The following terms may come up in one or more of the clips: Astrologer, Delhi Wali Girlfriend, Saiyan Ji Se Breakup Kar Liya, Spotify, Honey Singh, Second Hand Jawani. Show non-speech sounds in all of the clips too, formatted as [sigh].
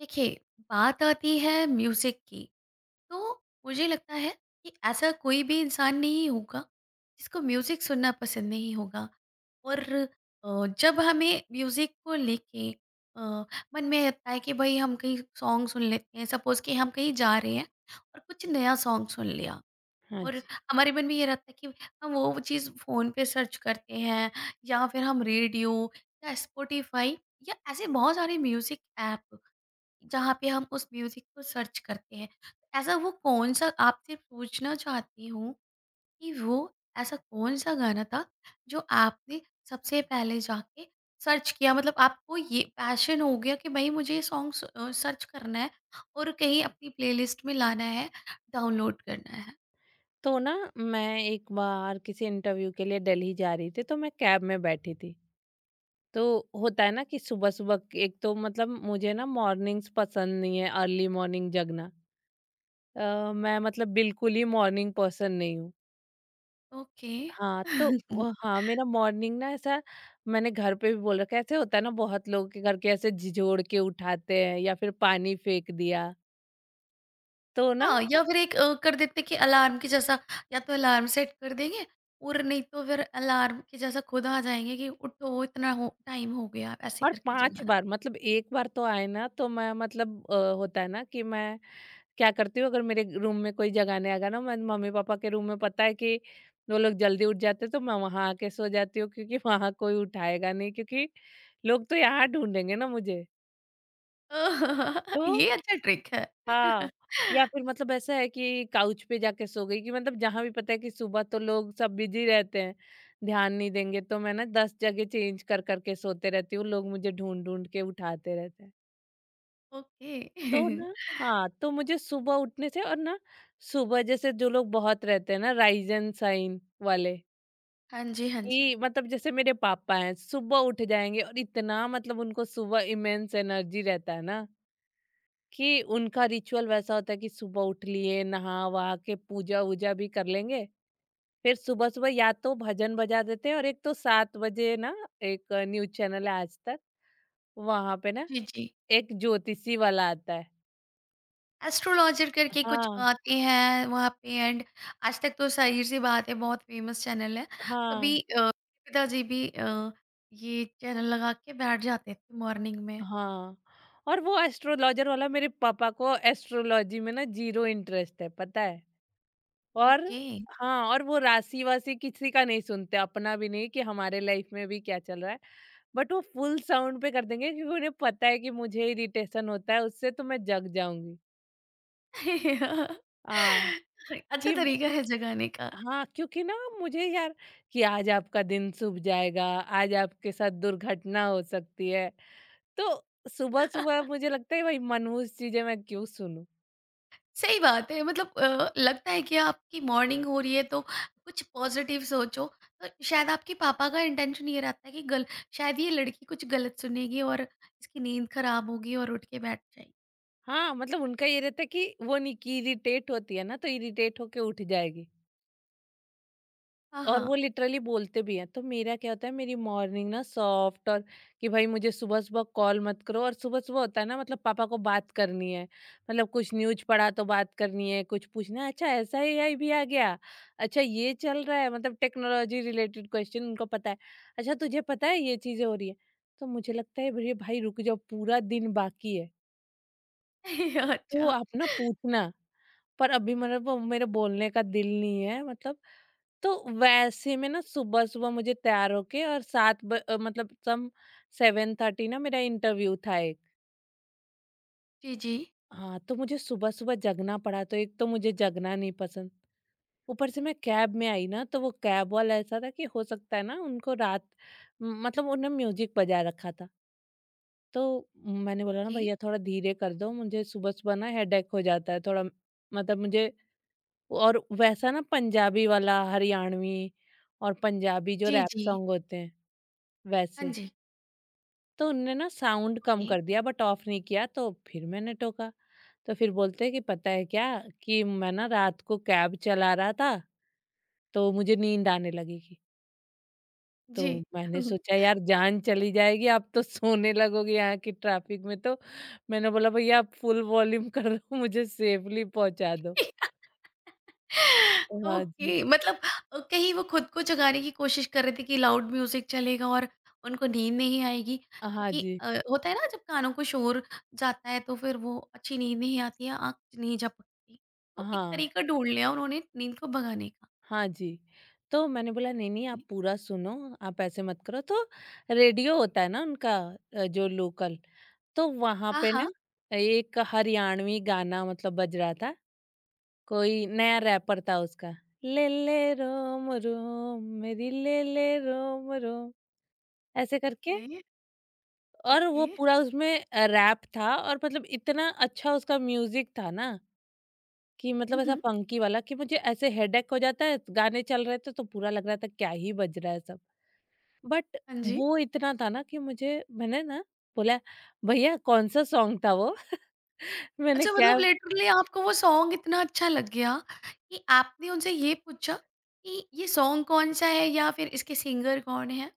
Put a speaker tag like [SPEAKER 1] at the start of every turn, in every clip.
[SPEAKER 1] देखिए, बात आती है म्यूजिक की तो मुझे लगता है कि ऐसा कोई भी इंसान नहीं होगा जिसको म्यूजिक सुनना पसंद नहीं होगा। और जब हमें म्यूजिक को लेके अ, मन में आता है कि भाई हम कहीं सॉन्ग सुन लेते हैं, सपोज कि हम कहीं जा रहे हैं और कुछ नया सॉन्ग सुन लिया।
[SPEAKER 2] हाँ
[SPEAKER 1] और
[SPEAKER 2] जी।
[SPEAKER 1] हमारे मन में ये रहता है कि हम वो चीज़ फ़ोन पे सर्च करते हैं या फिर हम रेडियो या स्पॉटिफ़ाई या ऐसे बहुत सारे म्यूज़िक ऐप जहाँ पे हम उस म्यूज़िक को सर्च करते हैं। ऐसा वो कौन-सा आपसे पूछना चाहती हूँ कि वो ऐसा कौन-सा गाना था जो आपने सबसे पहले जाके सर्च किया? मतलब आपको ये पैशन हो गया कि भई मुझे ये सर्च करना है और कहीं अपनी प्लेलिस्ट में लाना है, डाउनलोड करना है।
[SPEAKER 2] तो ना मैं एक बार किसी इंटरव्यू के लिए दिल्ली जा रही थी तो मैं कैब में बैठी थी। तो होता है ना कि सुबह-सुबह एक तो मतलब मुझे ना मॉर्निंग्स पसंद नहीं है, अर्ली मॉर्निंग जगना। मैं मतलब बिल्कुल ही मॉर्निंग पर्सन नहीं हूँ।
[SPEAKER 1] ओके।
[SPEAKER 2] हाँ, तो
[SPEAKER 1] [laughs]
[SPEAKER 2] हाँ, मेरा मॉर्निंग ना ऐसा मैंने घर पे भी बोल रखा है, ऐसे होता है ना बहुत लोगों के घर के ऐसे झिझोड़ के उठाते हैं या फिर पानी फेंक दिया। तो ना,
[SPEAKER 1] हाँ, या फिर एक कर देते कि अलार्म के जैसा, या तो अलार्म सेट कर देंगे और नहीं तो फिर अलार्म के जैसा खुद आ जाएंगे कि उठो, इतना हो टाइम हो गया, ऐसे
[SPEAKER 2] और
[SPEAKER 1] करके
[SPEAKER 2] 5
[SPEAKER 1] जगाना।
[SPEAKER 2] बार मतलब एक बार तो आए ना तो मैं मतलब होता है ना कि मैं क्या करती हूँ, अगर मेरे रूम में कोई जगाने आ गया ना, मैं मम्मी पापा के रूम में, पता है कि वो लोग जल्दी उठ जाते हैं, तो मैं वहां आके सो जाती हूँ, क्योंकि वहां कोई उठाएगा नहीं, क्योंकि लोग तो यहाँ ढूंढेंगे ना मुझे। तो
[SPEAKER 1] [laughs] ये अच्छा ट्रिक है।
[SPEAKER 2] हाँ,
[SPEAKER 1] [laughs]
[SPEAKER 2] या फिर मतलब ऐसा है कि काउच पे जाके सो गई, कि मतलब जहां भी पता है कि सुबह तो लोग सब बिजी रहते हैं, ध्यान नहीं देंगे, तो मैं ना 10 जगह चेंज कर करके सोते रहती हूँ, लोग मुझे ढूंढ ढूंढ के उठाते रहते हैं।
[SPEAKER 1] ओके।
[SPEAKER 2] तो
[SPEAKER 1] [laughs]
[SPEAKER 2] ना, हाँ, तो मुझे सुबह उठने से, और ना सुबह जैसे जो लोग बहुत रहते हैं ना राइज एंड शाइन वाले,
[SPEAKER 1] हाँ जी, हाँ जी।
[SPEAKER 2] कि मतलब जैसे मेरे पापा हैं, सुबह उठ जाएँगे, और इतना मतलब उनको सुबह इमेंस एनर्जी रहता है ना, कि उनका रिचुअल वैसा होता है कि सुबह उठ लिए, नहा-वहा के पूजा-वूजा भी कर लेंगे। फिर सुबह-सुबह या तो भजन बजा देते हैं, और एक तो 7 बजे ना एक न्यूज़ चैनल है आज तक, वहाँ पे ना
[SPEAKER 1] जी जी।
[SPEAKER 2] एक ज्योतिषी वाला आता है।
[SPEAKER 1] एस्ट्रोलॉजर करके कुछ
[SPEAKER 2] हाँ,
[SPEAKER 1] आते हैं वहाँ पे, एंड आज तक तो ज़ाहिर-सी बात है, बहुत फेमस चैनल है। कभी
[SPEAKER 2] हाँ।
[SPEAKER 1] मेरे पिताजी भी ये चैनल लगा के बैठ जाते थे मॉर्निंग में।
[SPEAKER 2] हाँ, और वो एस्ट्रोलॉजर वाला, मेरे पापा को एस्ट्रोलॉजी में ना ज़ीरो इंटरेस्ट है, पता है? और
[SPEAKER 1] ओके।
[SPEAKER 2] हाँ, और वो राशि-वाशि किसी का नहीं सुनते, अपना भी नहीं, कि हमारे लाइफ में भी क्या चल रहा है। बट वो फुल साउंड पे कर देंगे, क्योंकि उन्हें पता है कि मुझे इरिटेशन होता है उससे, तो मैं जग जाऊँगी।
[SPEAKER 1] [laughs]
[SPEAKER 2] हाँ,
[SPEAKER 1] अच्छा
[SPEAKER 2] कि
[SPEAKER 1] तरीका है जगाने का।
[SPEAKER 2] हाँ, क्योंकि ना मुझे यार, कि आज आपका दिन शुभ जाएगा, आज आपके साथ दुर्घटना हो सकती है। तो सुबह-सुबह मुझे लगता है, भाई मनहूस चीज़ें मैं क्यों सुनूँ?
[SPEAKER 1] सही बात है, मतलब लगता है कि आपकी मॉर्निंग हो रही है तो कुछ पॉज़िटिव सोचो। तो शायद आपके पापा का इंटेंशन ये रहता है कि गल शायद ये लड़की कुछ गलत सुनेगी और इसकी नींद खराब होगी और उठ के बैठ जाएगी।
[SPEAKER 2] हाँ, मतलब उनका ये रहता है कि वो नहीं, कि इरिटेट होती है ना, तो इरिटेट होके उठ जाएगी।
[SPEAKER 1] हाँ,
[SPEAKER 2] और वो
[SPEAKER 1] हाँ।
[SPEAKER 2] लिटरली बोलते भी हैं। तो मेरा क्या होता है, मेरी मॉर्निंग ना सॉफ्ट, और कि भाई मुझे सुबह-सुबह कॉल मत करो, और सुबह-सुबह होता है ना, मतलब पापा को बात करनी है। मतलब कुछ न्यूज़ पढ़ा तो बात करनी है, कुछ पूछना है, अच्छा ऐसा एआई भी आ गया? अच्छा ये चल रहा है, मतलब टेक्नोलॉजी रिलेटेड क्वेश्चन उनको पता है। अच्छा तुझे पता है ये चीज़ें हो रही है? तो मुझे लगता है, अरे भाई रुक जाओ, पूरा दिन बाकी है।
[SPEAKER 1] [laughs]
[SPEAKER 2] तो
[SPEAKER 1] अच्छा।
[SPEAKER 2] आप ना पूछना। पर अभी मतलब वो मेरे बोलने का दिल नहीं है, मतलब, तो वैसे में ना सुबह-सुबह मुझे तैयार होके और 7 मतलब सम 7:30 ना मेरा इंटरव्यू था एक।
[SPEAKER 1] जी, जी।
[SPEAKER 2] हाँ, तो मुझे सुबह-सुबह जगना पड़ा, तो एक तो मुझे जगना नहीं पसंद। ऊपर से मैं कैब में आई ना, तो वो कैब वाला ऐसा था कि हो सकता है ना उनको रात, म मतलब उन्होंने म्यूजिक बजा रखा था। तो मैंने बोला ना,
[SPEAKER 1] ओके।
[SPEAKER 2] भैया थोड़ा धीरे कर दो, मुझे सुबह-सुबह ना हेडेक हो जाता है थोड़ा, मतलब मुझे, और वैसा ना पंजाबी वाला, हरियाणवी और पंजाबी जो
[SPEAKER 1] जी,
[SPEAKER 2] रैप
[SPEAKER 1] जी।
[SPEAKER 2] सॉन्ग होते हैं,
[SPEAKER 1] हाँ
[SPEAKER 2] वैसे।
[SPEAKER 1] जी।
[SPEAKER 2] तो उनने ना साउंड कम
[SPEAKER 1] ओके।
[SPEAKER 2] कर दिया, बट ऑफ नहीं किया, तो फिर मैंने टोका। तो फिर बोलते हैं कि पता है क्या, कि मैं ना रात को कैब चला रहा था, तो मुझे नींद आने लगेगी। तो
[SPEAKER 1] जी।
[SPEAKER 2] मैंने
[SPEAKER 1] हम्म।
[SPEAKER 2] सोचा, यार जान चली जाएगी, आप तो सोने लगोगे यहाँ की ट्रैफिक में तो। मैंने बोला, भैया आप फुल वॉल्यूम कर रहे हो, मुझे सेफली पहुँचा दो।
[SPEAKER 1] [laughs]
[SPEAKER 2] हाँ जी।
[SPEAKER 1] ओके, मतलब कहीं वो खुद को जगाने की कोशिश कर रहे थे कि लाउड म्यूज़िक चलेगा और उनको नींद नहीं आएगी,
[SPEAKER 2] हाँ
[SPEAKER 1] क्योंकि
[SPEAKER 2] जी।
[SPEAKER 1] होता है ना जब कानों को शोर जाता है तो फिर वो अच्छी नींद नहीं आती है, आँख नहीं झपकती। तो एक
[SPEAKER 2] हाँ।
[SPEAKER 1] तरीका ढूँढ लिया उन्होंने नींद को भगाने का।
[SPEAKER 2] हाँ जी। तो मैंने बोला, नहीं-नहीं आप पूरा सुनो, आप ऐसे मत करो, तो रेडियो होता है ना उनका, जो लोकल, तो वहाँ
[SPEAKER 1] हाँ,
[SPEAKER 2] पे ना
[SPEAKER 1] हाँ।
[SPEAKER 2] एक हरियाणवी गाना मतलब बज रहा था। कोई नया रैपर था उसका, ले ले रोम रोम मेरी ले ले रोम रोम ऐसे करके,
[SPEAKER 1] ओके,
[SPEAKER 2] और
[SPEAKER 1] ओके।
[SPEAKER 2] वो पूरा उसमें रैप था, और मतलब इतना अच्छा उसका म्यूज़िक था ना, कि
[SPEAKER 1] हुँ,
[SPEAKER 2] मतलब ऐसा
[SPEAKER 1] हुँ।
[SPEAKER 2] फंकी वाला, कि मुझे ऐसे हेडेक हो जाता है, गाने चल रहे थे तो पूरा लग रहा था क्या ही बज रहा है सब। बट
[SPEAKER 1] हाँ जी।
[SPEAKER 2] वो इतना था ना कि मुझे, मैंने ना बोला, भैया कौन सा सॉन्ग था वो [laughs] मैंने
[SPEAKER 1] अच्छा,
[SPEAKER 2] क्या,
[SPEAKER 1] मतलब लिटरली आपको वो सॉन्ग इतना अच्छा लग गया कि आपने उनसे ये पूछा कि ये सॉन्ग कौन सा है या फिर इसके सिंगर कौन है?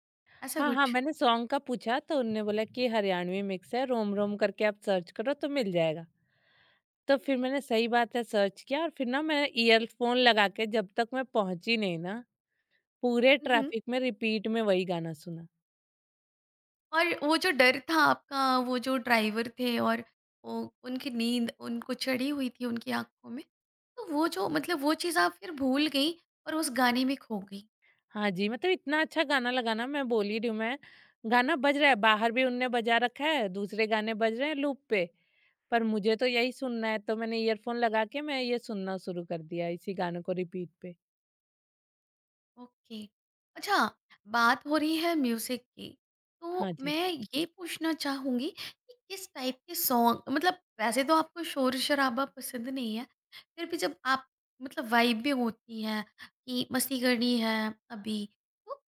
[SPEAKER 1] ऐसा
[SPEAKER 2] हाँ हाँ
[SPEAKER 1] कुछ?
[SPEAKER 2] मैंने सॉन्ग का पूछा, तो उनने बोला कि हरियाणवी मिक्स है, रोम रोम करके आप सर्च करो तो मिल जाएगा। तो फिर मैंने, सही बात है, सर्च किया, और फिर ना मैं ईयरफोन लगा के जब तक मैं पहुंची नहीं ना, पूरे
[SPEAKER 1] उहुँ।
[SPEAKER 2] ट्रैफिक में रिपीट में वही गाना सुना।
[SPEAKER 1] और वो जो डर था आपका, वो जो ड्राइवर थे और वो उनकी नींद उनको चढ़ी हुई थी उनकी आँखों में, तो वो जो मतलब वो चीज़ आप फिर भूल गई और उस गाने में खो गई।
[SPEAKER 2] हाँ जी, मतलब इतना अच्छा गाना लगा ना, मैं बोल ही रही हूँ मैं, गाना बज रहा है, बाहर भी उनने बजा रखा है, दूसरे गाने बज रहे हैं लूप पे, पर मुझे तो यही सुनना है, तो मैंने ईयरफ़ोन लगा के मैं ये सुनना शुरू कर दिया इसी गानों को रिपीट पे।
[SPEAKER 1] ओके। अच्छा, बात हो रही है म्यूजिक की तो
[SPEAKER 2] हाँ जी,
[SPEAKER 1] मैं ये पूछना चाहूंगी कि किस टाइप के सॉन्ग, मतलब वैसे तो आपको शोर शराबा पसंद नहीं है, फिर भी जब आप मतलब वाइब में होती है कि मस्ती करनी है अभी, तो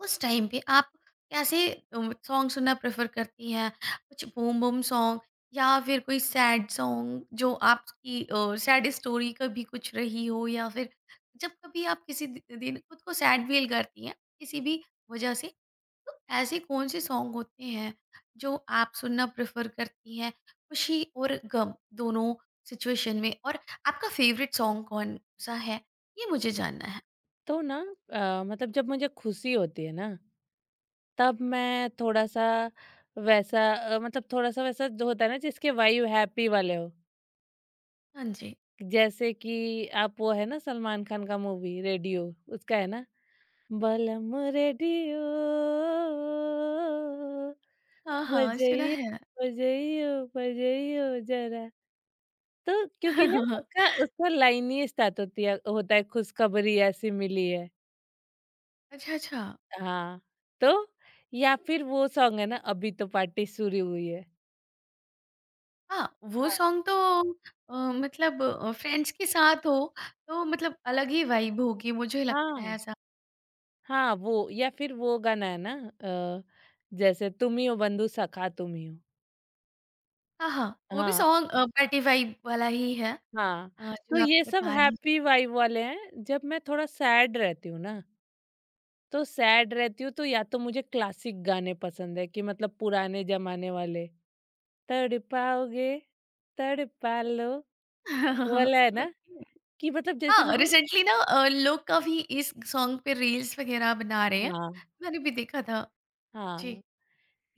[SPEAKER 1] उस टाइम पे आप कैसे सॉन्ग सुनना प्रेफर करती हैं? कुछ बूम बूम सॉन्ग या फिर कोई सैड सॉन्ग जो आपकी सैड स्टोरी कभी कुछ रही हो, या फिर जब कभी आप किसी दि दिन खुद को सैड फ़ील करती हैं, किसी भी वजह से, तो ऐसे कौन-से सॉन्ग होते हैं जो आप सुनना प्रेफर करती हैं, खुशी और गम दोनों सिचुएशन में? और आपका फ़ेवरेट सॉन्ग कौन-सा है? ये मुझे जानना है।
[SPEAKER 2] तो ना मतलब जब मुझे खुशी होती है ना, तब मैं थोड़ा-सा वैसा मतलब थोड़ा-सा वैसा, जो होता है ना जिसके वाइब हैप्पी वाले हो।
[SPEAKER 1] हाँ जी।
[SPEAKER 2] जैसे कि आप वो है ना सलमान खान का मूवी रेडियो, उसका है ना बलम रेडियो
[SPEAKER 1] हाँ, हाँ, सुना
[SPEAKER 2] बजइयो
[SPEAKER 1] है।
[SPEAKER 2] बजइयो बजइयो जरा, तो क्योंकि ना
[SPEAKER 1] [laughs]
[SPEAKER 2] उसका उसका लाइन ही स्टार्ट होती है, होता है खुशखबरी ऐसी मिली है।
[SPEAKER 1] अच्छा, अच्छा।
[SPEAKER 2] हाँ, तो या फिर वो सॉन्ग है ना, अभी तो पार्टी शुरू हुई है।
[SPEAKER 1] हाँ, वो
[SPEAKER 2] हाँ,
[SPEAKER 1] सॉन्ग तो मतलब फ्रेंड्स के साथ हो, तो मतलब अलग ही वाइब होगी, मुझे लगता है
[SPEAKER 2] हाँ,
[SPEAKER 1] ऐसा।
[SPEAKER 2] हाँ, वो, या फिर वो गाना है ना, अ, जैसे तुम ही हो बंधु सखा तुम ही हो।
[SPEAKER 1] हाँ, हाँ, वो भी
[SPEAKER 2] हाँ,
[SPEAKER 1] सॉन्ग पार्टी वाइब वाला ही है,
[SPEAKER 2] हाँ, तो
[SPEAKER 1] जो आप
[SPEAKER 2] ये सब
[SPEAKER 1] बता रही हो।
[SPEAKER 2] हैप्पी वाइब वाले हैं। जब मैं थोड़ा सैड रहती हूँ ना, तो सैड रहती हूँ तो या तो मुझे क्लासिक गाने पसंद है, कि मतलब पुराने ज़माने वाले। तड़पाओगे तड़पा लो,
[SPEAKER 1] [laughs]
[SPEAKER 2] वाला है ना,
[SPEAKER 1] ओके।
[SPEAKER 2] कि मतलब जैसे
[SPEAKER 1] हाँ,
[SPEAKER 2] मुझे,
[SPEAKER 1] रिसेंटली ना लोग काफ़ी इस सॉन्ग पे रील्स वगैरह बना रहे हैं,
[SPEAKER 2] हाँ,
[SPEAKER 1] मैंने भी देखा था। जी।
[SPEAKER 2] हाँ,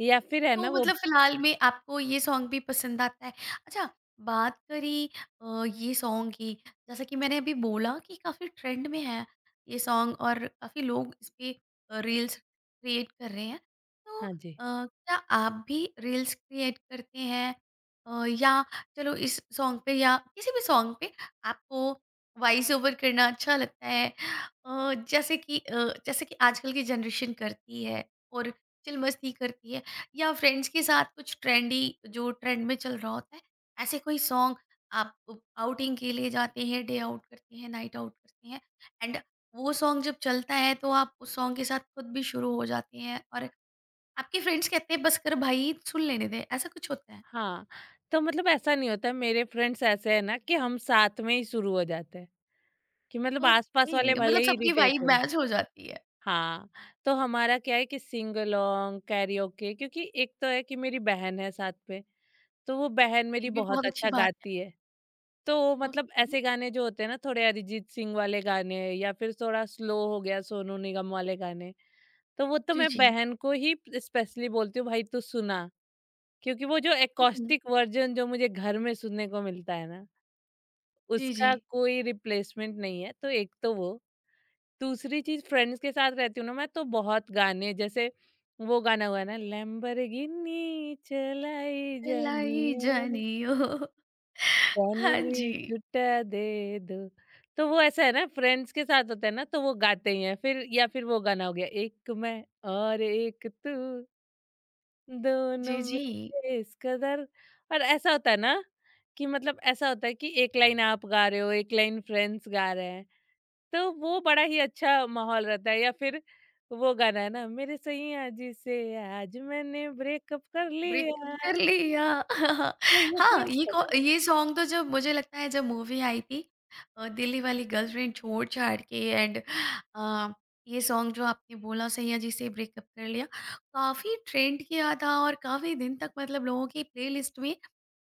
[SPEAKER 2] या फिर है
[SPEAKER 1] तो
[SPEAKER 2] ना वो,
[SPEAKER 1] मतलब फिलहाल में आपको ये सॉन्ग भी पसंद आता है। अच्छा, बात करी ये सॉन्ग की, जैसा कि मैंने अभी बोला कि काफ़ी ट्रेंड में है ये सॉन्ग, और काफ़ी लोग इस पे रील्स क्रिएट कर रहे हैं। तो
[SPEAKER 2] हाँ जी,
[SPEAKER 1] क्या आप भी रील्स क्रिएट करते हैं? या चलो इस सॉन्ग पे या किसी भी सॉन्ग पे आपको वॉइस ओवर करना अच्छा लगता है? जैसे कि आजकल की जनरेशन करती है और चिल मस्ती करती है। या फ्रेंड्स के साथ कुछ ट्रेंडी जो ट्रेंड में चल रहा होता है, ऐसे कोई सॉन्ग आप आउटिंग के लिए जाते हैं, डे आउट करते हैं, नाइट आउट करते हैं, एंड वो सॉन्ग जब चलता है तो आप उस सॉन्ग के साथ खुद भी शुरू हो जाते हैं और आपके फ्रेंड्स कहते हैं बस कर भाई सुन लेने दे, ऐसा कुछ होता है?
[SPEAKER 2] हाँ, तो मतलब ऐसा नहीं होता, मेरे फ्रेंड्स ऐसे हैं ना कि हम साथ में ही शुरू हो जाते हैं, कि मतलब आस-पास
[SPEAKER 1] ओके,
[SPEAKER 2] वाले भले
[SPEAKER 1] मतलब
[SPEAKER 2] ही
[SPEAKER 1] सबकी
[SPEAKER 2] इरिटेट
[SPEAKER 1] वाइब
[SPEAKER 2] हो रहे।
[SPEAKER 1] मैच हो जाती है।
[SPEAKER 2] हाँ, तो हमारा क्या है, कि सिंग अलोंग, कैरिओके, क्योंकि एक तो है कि मेरी बहन है साथ में, तो वो बहन मेरी
[SPEAKER 1] ये भी
[SPEAKER 2] बहुत
[SPEAKER 1] बहुत अच्छी
[SPEAKER 2] अच्छा
[SPEAKER 1] बात है।
[SPEAKER 2] गाती है। तो मतलब
[SPEAKER 1] ओके।
[SPEAKER 2] ऐसे गाने जो होते हैं ना थोड़े अरिजीत सिंह वाले गाने, या फिर थोड़ा स्लो हो गया सोनू निगम वाले गाने, तो वो तो
[SPEAKER 1] जी
[SPEAKER 2] मैं
[SPEAKER 1] जी।
[SPEAKER 2] बहन को ही स्पेशली बोलती हूँ, भाई तू सुना, क्योंकि वो जो
[SPEAKER 1] हम्म,
[SPEAKER 2] एकॉस्टिक वर्जन जो मुझे घर में सुनने को मिलता है ना,
[SPEAKER 1] जी जी।
[SPEAKER 2] उसका कोई रिप्लेसमेंट नहीं है। तो एक तो वो, दूसरी चीज फ्रेंड्स के साथ रहती हूँ ना मैं, तो बहुत गाने जैसे वो गाना हुआ ना, लैम्बोर्गिनी चलाई
[SPEAKER 1] लाई
[SPEAKER 2] जानियो,
[SPEAKER 1] जानियो। [laughs]
[SPEAKER 2] कानू
[SPEAKER 1] हाँ जी।
[SPEAKER 2] भी छुट्टा दे दो, तो वो ऐसा है ना, फ्रेंड्स के साथ होता है ना, तो वो गाते ही हैं फिर, या फिर वो गाना हो गया, एक मैं और एक तू
[SPEAKER 1] जी
[SPEAKER 2] दोनों में
[SPEAKER 1] जी।
[SPEAKER 2] इस कदर, और ऐसा होता है ना कि मतलब ऐसा होता है कि एक लाइन आप गा रहे हो, एक लाइन फ्रेंड्स गा रहे हैं, तो वो बड़ा ही अच्छा माहौल रहता है। या फिर वो गाना है ना, मेरे सैया जी से आज मैंने ब्रेकअप कर
[SPEAKER 1] ब्रेकअप
[SPEAKER 2] लिया,
[SPEAKER 1] कर लिया। [laughs]
[SPEAKER 2] तो ये कहते
[SPEAKER 1] हाँ,
[SPEAKER 2] हैं ना।
[SPEAKER 1] ये सॉन्ग तो जब मुझे लगता है जब मूवी आई थी, दिल्ली वाली गर्लफ्रेंड छोड़-छाड़ के, एंड अ, ये सॉन्ग जो आपने बोला सैया जी से ब्रेकअप कर लिया, काफ़ी ट्रेंड किया था और काफ़ी दिन तक मतलब लोगों की प्लेलिस्ट में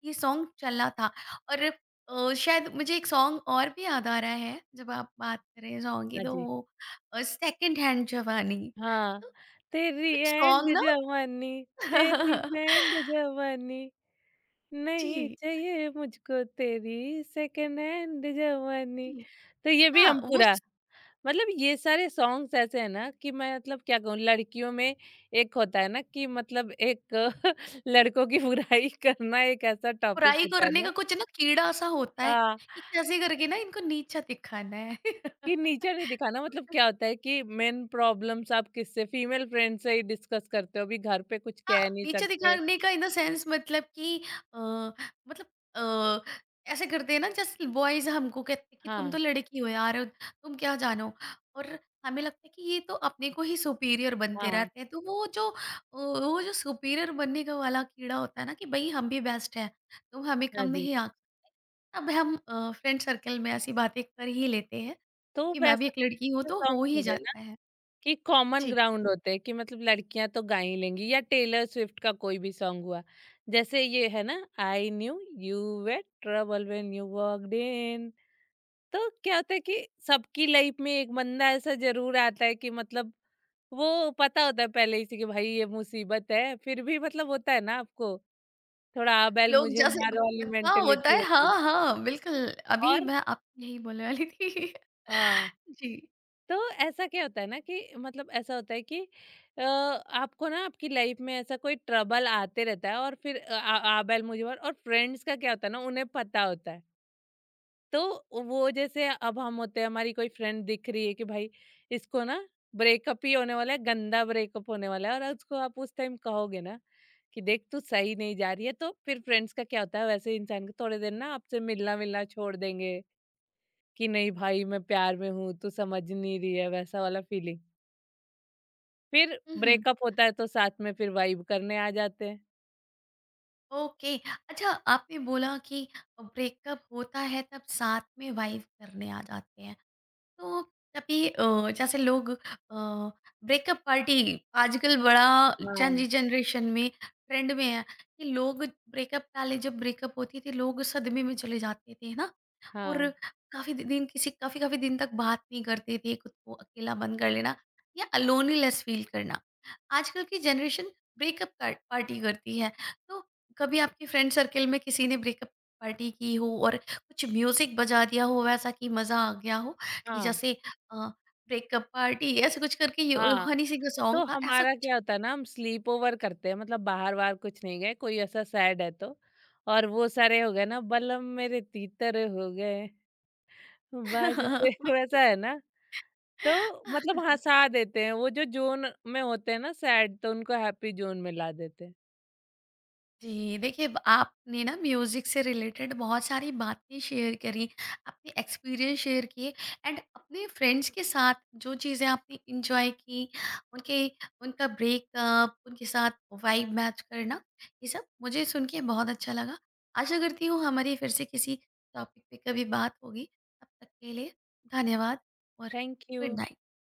[SPEAKER 1] ये सॉन्ग चला था। और शायद मुझे एक सॉन्ग और भी याद आ रहा है, जब आप बात कर रहे हैं सॉन्ग की
[SPEAKER 2] हाँ
[SPEAKER 1] तो
[SPEAKER 2] जी।
[SPEAKER 1] वो सेकंड हैंड जवानी।
[SPEAKER 2] हाँ,
[SPEAKER 1] तो
[SPEAKER 2] तेरी
[SPEAKER 1] कुछ
[SPEAKER 2] एंड
[SPEAKER 1] सॉन्ग
[SPEAKER 2] जवानी,
[SPEAKER 1] ना।
[SPEAKER 2] तेरी
[SPEAKER 1] [laughs]
[SPEAKER 2] बैंड जवानी, नहीं
[SPEAKER 1] जी।
[SPEAKER 2] चाहिए मुझको तेरी सेकेंड हैंड जवानी,
[SPEAKER 1] जी।
[SPEAKER 2] तो ये भी
[SPEAKER 1] हाँ,
[SPEAKER 2] हम
[SPEAKER 1] वो
[SPEAKER 2] पूरा,
[SPEAKER 1] स
[SPEAKER 2] मतलब ये सारे सॉन्ग्स ऐसे हैं ना, कि मैं मतलब क्या कहूँ, लड़कियों में एक होता है ना, कि मतलब एक लड़कों की बुराई [laughs] करना एक ऐसा टॉपिक
[SPEAKER 1] फ्राई
[SPEAKER 2] होता है
[SPEAKER 1] करने का
[SPEAKER 2] ना।
[SPEAKER 1] कुछ ना कीड़ा-सा होता है,
[SPEAKER 2] हाँ,
[SPEAKER 1] कि कैसे करके ना इनको नीचा दिखाना है।
[SPEAKER 2] कि
[SPEAKER 1] [laughs]
[SPEAKER 2] नीचा नहीं दिखाना, मतलब क्या होता है कि मेन प्रॉब्लम्स आप किससे, फीमेल फ्रेंड से ही डिस्कस करते हो, अभी घर पे कुछ
[SPEAKER 1] हाँ,
[SPEAKER 2] कह नहीं
[SPEAKER 1] नीचा
[SPEAKER 2] सकते।
[SPEAKER 1] दिखाने का इन द सेंस मतलब कि अ, मतलब अ, ऐसे करते हैं ना जैसे बॉयज़ हमको कहते हैं कि तुम तो
[SPEAKER 2] हाँ,
[SPEAKER 1] लड़की हो यार, तुम क्या जानो? और हमें लगता है कि ये तो अपने को ही सुपीरियर बनते
[SPEAKER 2] हाँ,
[SPEAKER 1] रहते हैं, तो वो जो वो जो सुपीरियर बनने का वाला कीड़ा होता है ना कि भई हम भी बेस्ट हैं, तुम हमें
[SPEAKER 2] हाँ
[SPEAKER 1] कम
[SPEAKER 2] जी।
[SPEAKER 1] नहीं आ। अब हम फ्रेंड सर्कल में ऐसी बातें कर ही लेते हैं
[SPEAKER 2] तो
[SPEAKER 1] क्योंकि मैं भी
[SPEAKER 2] वैसा
[SPEAKER 1] एक लड़की हूँ तो हो
[SPEAKER 2] सॉन्ग्स
[SPEAKER 1] ही
[SPEAKER 2] हो गए ना,
[SPEAKER 1] जाता है।
[SPEAKER 2] कि कॉमन
[SPEAKER 1] जी।
[SPEAKER 2] ग्राउंड होते हैं, कि मतलब लड़कियां तो गा ही लेंगी, या टेलर स्विफ्ट का कोई भी सॉन्ग हुआ, जैसे ये है ना I knew you were trouble when you walked in, तो क्या होता है कि सबकी लाइफ में एक बंदा ऐसा जरूर आता है, कि मतलब वो पता होता है पहले ही से कि भाई ये मुसीबत है, फिर भी मतलब होता है ना आपको थोड़ा आ बैल
[SPEAKER 1] लोग
[SPEAKER 2] मुझे
[SPEAKER 1] जैसे
[SPEAKER 2] मार वाली
[SPEAKER 1] पता होता
[SPEAKER 2] मेंटेलिटी
[SPEAKER 1] है,
[SPEAKER 2] होती है।
[SPEAKER 1] हाँ, हाँ, बिल्कुल, अभी
[SPEAKER 2] और
[SPEAKER 1] मैं आपको यही बोलने वाली थी।
[SPEAKER 2] हाँ,
[SPEAKER 1] [laughs] जी।
[SPEAKER 2] तो ऐसा क्या होता है ना कि मतलब ऐसा होता है कि आपको ना आपकी लाइफ में ऐसा कोई ट्रबल आते रहता है, और फिर आ बैल मुझे मार, और फ्रेंड्स का क्या होता है ना, उन्हें पता होता है, तो वो जैसे अब हम होते हैं, हमारी कोई फ्रेंड दिख रही है कि भाई इसको ना ब्रेकअप ही होने वाला है, गंदा ब्रेकअप होने वाला है, और उसको आप उस टाइम कहोगे ना कि देख तू सही नहीं जा रही है, तो फिर फ्रेंड्स का क्या होता है, वैसे इंसान को थोड़े दिन ना आपसे मिलना मिलना छोड़ देंगे, कि नहीं भाई मैं प्यार में हूँ, तू समझ नहीं रही है, वैसा वाला फीलिंग। फिर
[SPEAKER 1] हुँ, हुँ।
[SPEAKER 2] ब्रेकअप होता है तो साथ में फिर वाइब करने आ जाते हैं।
[SPEAKER 1] ओके, अच्छा आपने बोला कि ब्रेकअप होता है तब साथ में वाइब करने आ जाते हैं। तो तभी जैसे लोग ब्रेकअप पार्टी आजकल बड़ा जन
[SPEAKER 2] हाँ,
[SPEAKER 1] जनरेशन में ट्रेंड में है कि लोग ब्रेकअप, पहले जब ब्रेकअप होती थी लोग सदमे में चले जाते थे ना, और
[SPEAKER 2] हाँ,
[SPEAKER 1] काफी दिन, किसी काफी काफी दिन तक बात नहीं करते थे, खुद को अकेला बंद कर लेना या अलोनीनेस फील करना। आजकल की जनरेशन ब्रेकअप पार्टी करती है, तो कभी आपके फ्रेंड सर्कल में किसी ने ब्रेकअप पार्टी की हो और कुछ म्यूजिक बजा दिया हो वैसा कि मजा आ गया हो, कि
[SPEAKER 2] हाँ,
[SPEAKER 1] जैसे अ, ब्रेकअप पार्टी ऐसे कुछ करके ये
[SPEAKER 2] हाँ,
[SPEAKER 1] हनी सिंह का सॉन्ग
[SPEAKER 2] तो
[SPEAKER 1] था ऐसा
[SPEAKER 2] हमारा
[SPEAKER 1] कुछ?
[SPEAKER 2] क्या होता है ना, हम स्लीप ओवर करते हैं, मतलब बाहर बाहर कुछ नहीं गए, कोई ऐसा सैड है तो, और वो सारे हो गए ना, बलम मेरे तीतर हो गए बाजू से [laughs]
[SPEAKER 1] [laughs]
[SPEAKER 2] वैसा है ना, तो मतलब हंसा देते हैं, वो जो जोन में होते हैं ना सैड, तो उनको हैप्पी जोन में ला देते हैं।
[SPEAKER 1] जी, देखिए ब आपने ना म्यूज़िक से रिलेटेड बहुत सारी बातें शेयर करी, अपने एक्सपीरियंस शेयर किए, एंड अपने फ्रेंड्स के साथ जो चीज़ें आपने एन्जॉय की, उनके उनका ब्रेकअप, उनके साथ वाइब मैच करना, ये सब मुझे सुन के बहुत अच्छा लगा। आशा करती हूँ हमारी फिर से किसी टॉपिक पे कभी बात होगी। तब तक के लिए धन्यवाद और
[SPEAKER 2] थैंक यू।
[SPEAKER 1] Good night.